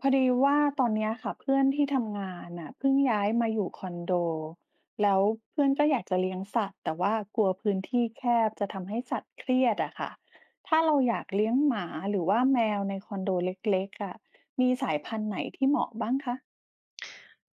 พอดีว่าตอนเนี้ยค่ะเพื่อนที่ทำงานน่ะเพิ่งย้ายมาอยู่คอนโดแล้วเพื่อนก็อยากจะเลี้ยงสัตว์แต่ว่ากลัวพื้นที่แคบจะทำให้สัตว์เครียดอะค่ะถ้าเราอยากเลี้ยงหมาหรือว่าแมวในคอนโดเล็กๆอะมีสายพันธุ์ไหนที่เหมาะบ้างคะ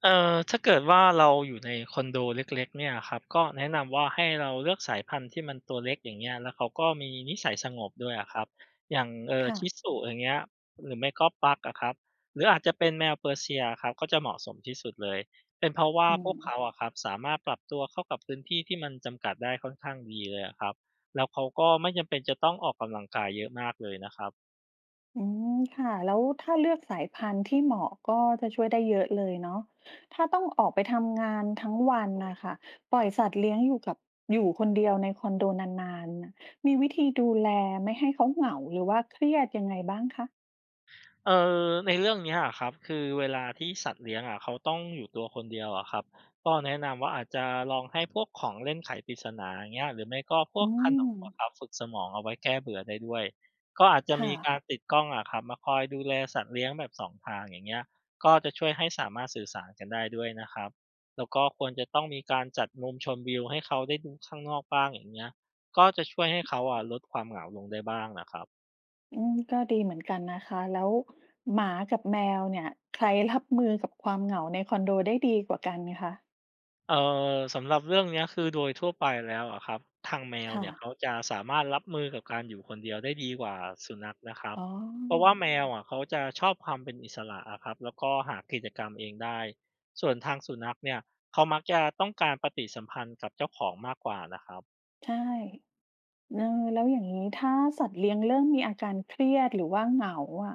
ถ้าเกิดว่าเราอยู่ในคอนโดเล็กๆเนี่ยครับก็แนะนำว่าให้เราเลือกสายพันธุ์ที่มันตัวเล็กอย่างเงี้ยแล้วเขาก็มีนิสัยสงบด้วยอะครับอย่างค่ะชิสุอย่างเงี้ยหรือไม่ก็ Pug อะครับหรืออาจจะเป็นแมวเปอร์เซียครับก็จะเหมาะสมที่สุดเลยเป็นเพราะว่าอืพม วกเขาอะครับสามารถปรับตัวเข้ากับพื้นที่ที่มันจำกัดได้ค่อนข้างดีเลยอะครับแล้วเขาก็ไม่จำเป็นจะต้องออกกำลังกายเยอะมากเลยนะครับ อืมค่ะแล้วถ้าเลือกสายพันธุ์ที่เหมาะก็จะช่วยได้เยอะเลยเนาะถ้าต้องออกไปทำงานทั้งวันนะคะปล่อยสัตว์เลี้ยงอยู่กับอยู่คนเดียวในคอนโดนานๆน่ะมีวิธีดูแลไม่ให้เขาเหงาหรือว่าเครียดยังไงบ้างคะเออในเรื่องเนี้ยอะครับคือเวลาที่สัตว์เลี้ยงอะเขาต้องอยู่ตัวคนเดียวอะครับก็แนะนำว่าอาจจะลองให้พวกของเล่นไขปริศนาอย่างเงี้ยหรือไม่ก็พวกอืขนมมอะครับฝึกสมองเอาไว้แก้เบื่อได้ด้วยก็อาจจะค่ะมีการติดกล้องอะครับมาคอยดูแลสัตว์เลี้ยงแบบสองทางอย่างเงี้ยก็จะช่วยให้สามารถสื่อสารกันได้ด้วยนะครับแล้วก็ควรจะต้องมีการจัดมุมชมวิวให้เขาได้ดูข้างนอกบ้างอย่างเงี้ยก็จะช่วยให้เขาอะลดความเหงาลงได้บ้างนะครับ อืมก็ดีเหมือนกันนะคะแล้วหมากับแมวเนี่ยใครรับมือกับความเหงาในคอนโดได้ดีกว่ากันคะเอ่สำหรับเรื่องเนี้ยคือโดยทั่วไปแล้วอะครับทางแมวค่ะเนี่ยเขาจะสามารถรับมือกับการอยู่คนเดียวได้ดีกว่าสุนัขนะครับอ๋เพราะว่าอแมวอะเขาจะชอบความเป็นอิสระอะครับแล้วก็หากิจกรรมเองได้ส่วนทางสุนัขเนี่ยเขามักจะต้องการปฏิสัมพันธ์กับเจ้าของมากกว่านะครับ ใช่ เออแล้วอย่างนี้ถ้าสัตว์เลี้ยงเริ่มมีอาการเครียดหรือว่าเหงาอะ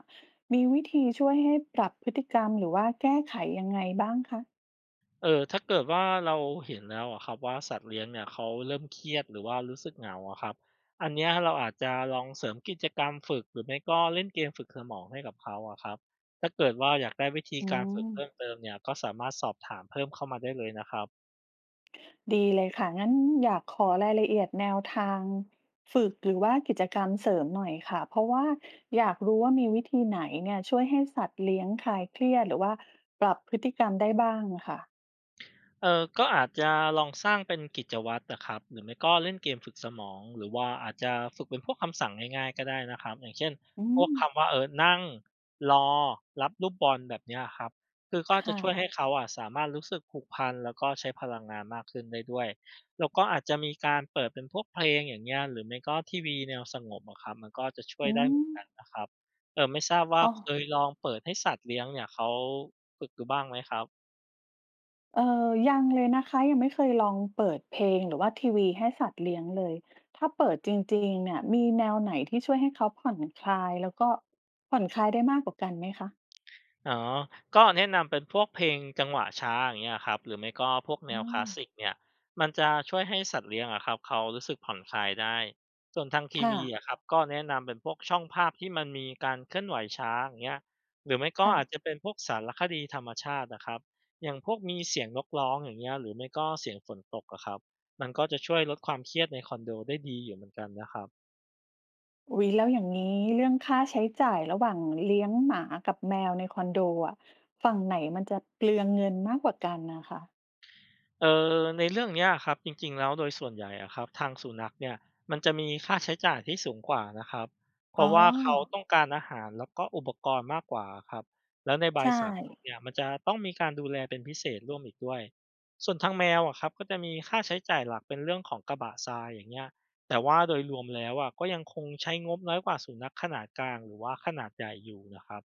มีวิธีช่วยให้ปรับพฤติกรรมหรือว่าแก้ไขยังไงบ้างคะเออถ้าเกิดว่าเราเห็นแล้วอะครับว่าสัตว์เลี้ยงเนี่ยเขาเริ่มเครียดหรือว่ารู้สึกเหงาอะครับอันเนี้ยเราอาจจะลองเสริมกิจกรรมฝึกหรือไม่ก็เล่นเกมฝึกสมองให้กับเขาอะครับถ้าเกิดว่าอยากได้วิธีอืการฝึกมเพิ่มเติมเนี่ยก็สามารถสอบถามเพิ่มเข้ามาได้เลยนะครับ ดีเลยค่ะงั้นอยากขอรายละเอียดแนวทางฝึกหรือว่ากิจกรรมเสริมหน่อยค่ะเพราะว่าอยากรู้ว่ามีวิธีไหนเนี่ยช่วยให้สัตว์เลี้ยงคลายเครียดหรือว่าปรับพฤติกรรมได้บ้างอะค่ะเออก็อาจจะลองสร้างเป็นกิจวัตรนะครับหรือไม่ก็เล่นเกมฝึกสมองหรือว่าอาจจะฝึกเป็นพวกคำสั่งง่ายๆก็ได้นะครับอย่างเช่นอืพวกมคำว่านั่งรอรับลูกบอลแบบเนี้ยครับคือก็จะค่ะช่วยให้เขาอะสามารถรู้สึกผูกพันแล้วก็ใช้พลังงานมากขึ้นได้ด้วยแล้วก็อาจจะมีการเปิดเป็นพวกเพลงอย่างเงี้ยหรือไม่ก็ทีวีแนวสงบอะครับมันก็จะช่วยอืได้เหมมือนกันนะครับไม่ทราบว่าอ๋อ เคยลองเปิดให้สัตว์เลี้ยงเนี่ยเขาฝึกดูบ้างไหมครับ เอ่ยังเลยนะคะยังไม่เคยลองเปิดเพลงหรือว่าทีวีให้สัตว์เลี้ยงเลยถ้าเปิดจริงๆเนี่ยมีแนวไหนที่ช่วยให้เขาผ่อนคลายแล้วก็ผ่อนคลายได้มากกว่ากันไหมคะอ๋อก็แนะนำเป็นพวกเพลงจังหวะช้าอย่างเงี้ยครับหรือไม่ก็พวกแนอ๋อวคลาสสิกเนี่ยมันจะช่วยให้สัตว์เลี้ยงอะครับเขารู้สึกผ่อนคลายได้ส่วนทางทีค่ะวีอะครับก็แนะนำเป็นพวกช่องภาพที่มันมีการเคลื่อนไหวช้าอย่างเงี้ยหรือไม่ก็ค่ะอาจจะเป็นพวกสารคดีธรรมชาตินะครับอย่างพวกมีเสียงนกร้องอย่างเงี้ยหรือไม่ก็เสียงฝนตกอะครับมันก็จะช่วยลดความเครียดในคอนโดได้ดีอยู่เหมือนกันนะครับ อุ๊ยแล้วอย่างงี้เรื่องค่าใช้จ่ายระหว่างเลี้ยงหมากับแมวในคอนโดอะฝั่งไหนมันจะเปลืองเงินมากกว่ากันน่ะค่ะเออในเรื่องเนี้ยครับจริงๆแล้วโดยส่วนใหญ่อะครับทางสุนัขเนี่ยมันจะมีค่าใช้จ่ายที่สูงกว่านะครับเพอ๋ราะว่าเขาอต้องการอาหารแล้วก็อุปกรณ์มากกว่าครับแล้วในใบใช่ สามพับเนี่ยมันจะต้องมีการดูแลเป็นพิเศษร่วมอีกด้วยส่วนทางแมวอะครับก็จะมีค่าใช้จ่ายหลักเป็นเรื่องของกระบะทรายอย่างเงี้ยแต่ว่าโดยรวมแล้วอะก็ยังคงใช้งบน้อยกว่าสุนัขขนาดกลางหรือว่าขนาดใหญ่อยู่นะครับ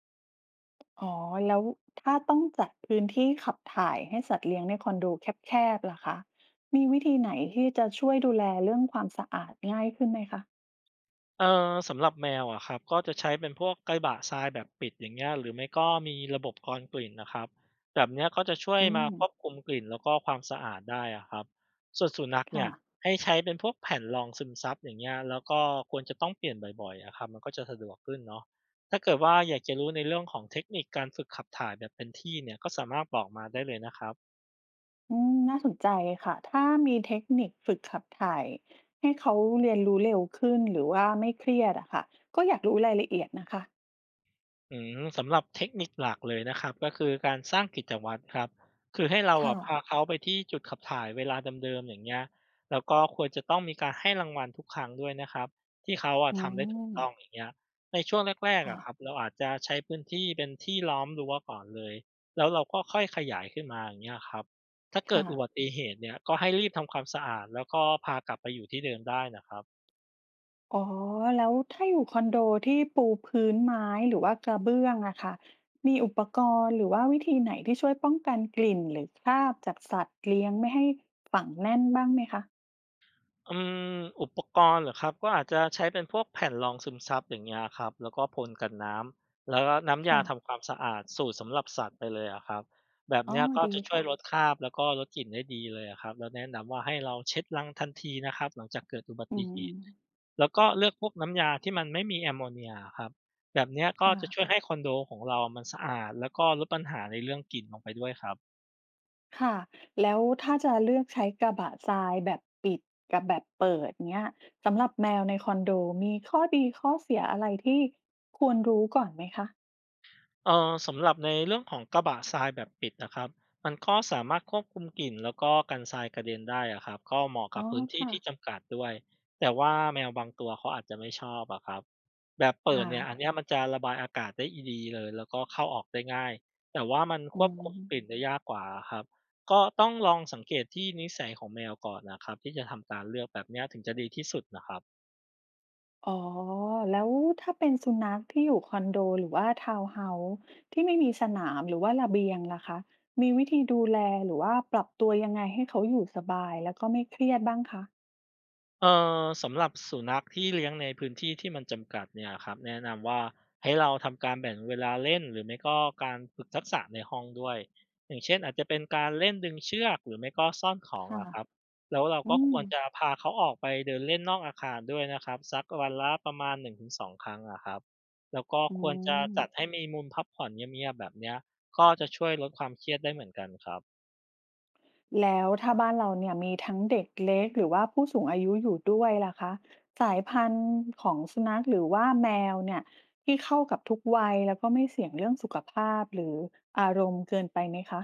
อ๋อแล้วถ้าต้องจัดพื้นที่ขับถ่ายให้สัตว์เลี้ยงในคอนโดแคบๆล่ะคะมีวิธีไหนที่จะช่วยดูแลเรื่องความสะอาดง่ายขึ้นไหมคะสำหรับแมวอะครับก็จะใช้เป็นพวกไกระบะทรายแบบปิดอย่างเงี้ยหรือไม่ก็มีระบบกรองกลิ่นนะครับแบบเนี้ยก็จะช่วยอืมามควบคุมกลิ่นแล้วก็ความสะอาดได้อะครับส่วนสุนัขเนี่ค่ะยให้ใช้เป็นพวกแผ่นรองซึมซับอย่างเงี้ยแล้วก็ควรจะต้องเปลี่ยนบ่อยๆอะครับมันก็จะสะดวกขึ้นเนาะถ้าเกิดว่าอยากจะรู้ในเรื่องของเทคนิคการฝึกขับถ่ายแบบเป็นที่เนี่ยก็สามารถบอกมาได้เลยนะครับ อืมน่าสนใจค่ะถ้ามีเทคนิคฝึกขับถ่ายให้เขาเรียนรู้เร็วขึ้นหรือว่าไม่เครียดอะค่ะก็อยากรู้รายละเอียดนะคะสำหรับเทคนิคหลักเลยนะครับก็คือการสร้างกิจวัตรครับคือให้เราค่ะอะพาเขาไปที่จุดขับถ่ายเวลาเดิมๆอย่างเงี้ยแล้วก็ควรจะต้องมีการให้รางวัลทุกครั้งด้วยนะครับที่เขาอะอืทำได้ถูกมต้องอย่างเงี้ยในช่วงแรกๆค่ะอะครับเราอาจจะใช้พื้นที่เป็นที่ล้อมรั้วก่อนเลยแล้วเราก็ค่อยขยายขึ้นมาอย่างเงี้ยครับถ้าเกิดค่ะ อุบัติเหตุเนี่ยก็ให้รีบทำความสะอาดแล้วก็พากลับไปอยู่ที่เดิมได้นะครับ อ๋อ แล้วถ้าอยู่คอนโดที่ปูพื้นไม้หรือว่ากระเบื้องอะค่ะมีอุปกรณ์หรือว่าวิธีไหนที่ช่วยป้องกันกลิ่นหรือคราบจากสัตว์เลี้ยงไม่ให้ฝังแน่นบ้างไหมคะ อืมอุปกรณ์เหรอครับก็อาจจะใช้เป็นพวกแผ่นรองซึมซับอย่างเงี้ยครับแล้วก็พ่นกันน้ำแล้วก็น้ำยาค่ะ ทำความสะอาดสูตรสำหรับสัตว์ไปเลยอะครับแบบอ๋อ เนี้ยก็ดีจะช่วยค่ะ ลดคราบแล้วก็ลดกลิ่นได้ดีเลยอะครับแล้วแนะนำว่าให้เราเช็ดรังทันทีนะครับหลังจากเกิดอุบัอืติเหม ตุแล้วก็เลือกพวกน้ำยาที่มันไม่มีแอมโมเนียครับแบบเนี้ยก็ค่ะ จะช่วยให้คอนโดของเรามันสะอาดแล้วก็ลดปัญหาในเรื่องกลิ่นลงไปด้วยครับ ค่ะ แล้วถ้าจะเลือกใช้กระบะทรายแบบปิดกับแบบเปิดเนี้ยสำหรับแมวในคอนโดมีข้อดีข้อเสียอะไรที่ควรรู้ก่อนไหมคะสำหรับในเรื่องของกระบะทรายแบบปิดนะครับมันก็สามารถควบคุมกลิ่นแล้วก็กันทรายกระเด็นได้อะครับก็เหมาะอ๋กับอพื้นที่ค่ะที่จำกัดด้วยแต่ว่าแมวบางตัวเขาอาจจะไม่ชอบอะครับแบบเปิดค่ะเนี่ยอันเนี้ยมันจะระบายอากาศได้ดีเลยแล้วก็เข้าออกได้ง่ายแต่ว่ามันอืควบคุมกลิ่นม ได้ยากกว่าครับก็ต้องลองสังเกตที่นิสัยของแมวก่อนนะครับที่จะทำการเลือกแบบเนี้ยถึงจะดีที่สุดนะครับ อ๋อแล้วถ้าเป็นสุนัขที่อยู่คอนโดหรือว่าทาวน์เฮาส์ที่ไม่มีสนามหรือว่าระเบียงล่ะคะมีวิธีดูแลหรือว่าปรับตัวยังไงให้เขาอยู่สบายแล้วก็ไม่เครียดบ้างคะเอ่สำหรับสุนัขที่เลี้ยงในพื้นที่ที่มันจำกัดเนี่ยครับแนะนำว่าให้เราทำการแบ่งเวลาเล่นหรือไม่ก็การฝึกทักษะในห้องด้วยอย่างเช่นอาจจะเป็นการเล่นดึงเชือกหรือไม่ก็ซ่อนของค่ะอะครับแล้วเราอืก็คมวรจะพาเขาออกไปเดินเล่นนอกอาคารด้วยนะครับสักวันละประมาณ1-2ครั้งอะครับแล้วก็อืควรจะมจัดให้มีมุมพักผ่อนเงียบๆแบบเนี้ยก็จะช่วยลดความเครียดได้เหมือนกันครับ แล้วถ้าบ้านเราเนี่ยมีทั้งเด็กเล็กหรือว่าผู้สูงอายุอยู่ด้วยล่ะคะสายพันธุ์ของสุนัขหรือว่าแมวเนี่ยที่เข้ากับทุกวัยแล้วก็ไม่เสี่ยงเรื่องสุขภาพหรืออารมณ์เกินไปไหมคะ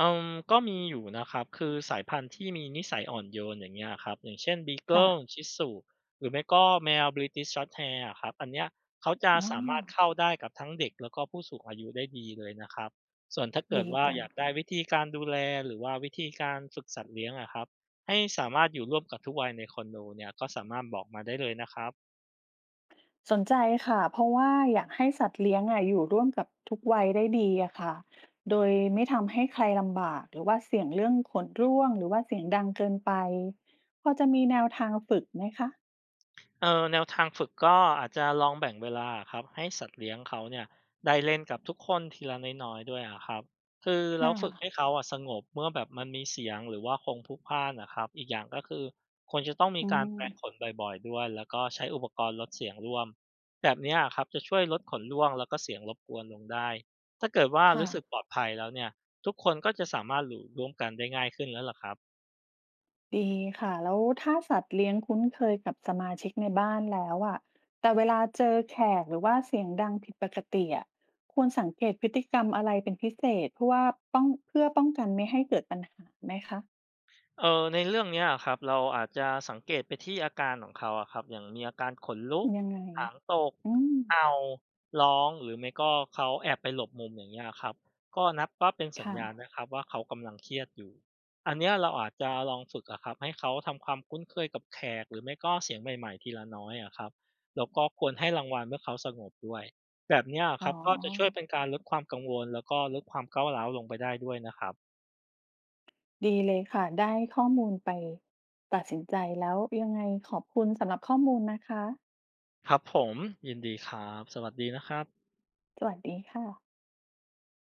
ก็มีอยู่นะครับคือสายพันธุ์ที่มีนิสัยอ่อนโยนอย่างเงี้ยครับอย่างเช่น ค่ะ Beagle ช h i ุ u หรือไม่ก็แมว British s h o แฮ h a i r อครับอันเนี้ยเขาจะอ๋อสามารถเข้าได้กับทั้งเด็กแล้วก็ผู้สูงอายุได้ดีเลยนะครับส่วนถ้าเกิดดีว่าจัอง ยากได้วิธีการดูแลหรือว่าวิธีการฝึกสัตว์เลี้ยงอะครับให้สามารถอยู่ร่วมกับทุกวัยในคอนโดเนี่ยก็สามารถบอกมาได้เลยนะครับ สนใจค่ะเพราะว่าอยากให้สัตว์เลี้ยงอะอยู่ร่วมกับทุกวัยได้ดีอะค่ะโดยไม่ทำให้ใครลำบากหรือว่าเสี่ยงเรื่องขนร่วงหรือว่าเสียงดังเกินไปพอจะมีแนวทางฝึกไหมคะแนวทางฝึกก็อาจจะลองแบ่งเวลาครับให้สัตว์เลี้ยงเขาเนี่ยได้เล่นกับทุกคนทีละน้อยๆด้วยอะครับคือแล้ค่ะวฝึกให้เขาอะสงบเมื่อแบบมันมีเสียงหรือว่าคงพลุกพล่านอะครับอีกอย่างก็คือควรจะต้องมีอืการแปรงขนมบ่อยๆด้วยแล้วก็ใช้อุปกรณ์ลดเสียงร่วมแบบเนี้ยะครับจะช่วยลดขนร่วงแล้วก็เสียงรบกวนลงได้ถ้าเกิดว่าค่ะรู้สึกปลอดภัยแล้วเนี่ยทุกคนก็จะสามารถอยู่ร่วมกันได้ง่ายขึ้นแล้วล่ะครับ ดีค่ะแล้วถ้าสัตว์เลี้ยงคุ้นเคยกับสมาชิกในบ้านแล้วอะแต่เวลาเจอแขกหรือว่าเสียงดังผิดปกติอะควรสังเกตพฤติกรรมอะไรเป็นพิเศษเพื่อว่าป้องเพื่อป้องกันไม่ให้เกิดปัญหาไหมคะ ในเรื่องเนี้ยครับเราอาจจะสังเกตไปที่อาการของเขาอะครับอย่างมีอาการขนลุกยังไง หางตกอืม เอาร้องหรือไม่ก็เขาแอบไปหลบมุมอย่างเงี้ยครับก็นับว่าเป็นสัญค่ะ ญาณนะครับว่าเขากำลังเครียดอยู่อันเนี้ยเราอาจจะลองฝึกอะครับให้เขาทำความคุ้นเคยกับแขกหรือไม่ก็เสียงใหม่ๆทีละน้อยอะครับแล้วก็ควรให้รางวัลเมื่อเขาสงบด้วยแบบเนี้ยคอ๋อ รับก็จะช่วยเป็นการลดความกังวลแล้วก็ลดความก้าวร้าวลงไปได้ด้วยนะครับ ดีเลยค่ะ ได้ข้อมูลไปตัดสินใจแล้วยังไงขอบคุณสำหรับข้อมูลนะคะ ครับผมยินดีครับสวัสดีนะครับสวัสดีค่ะ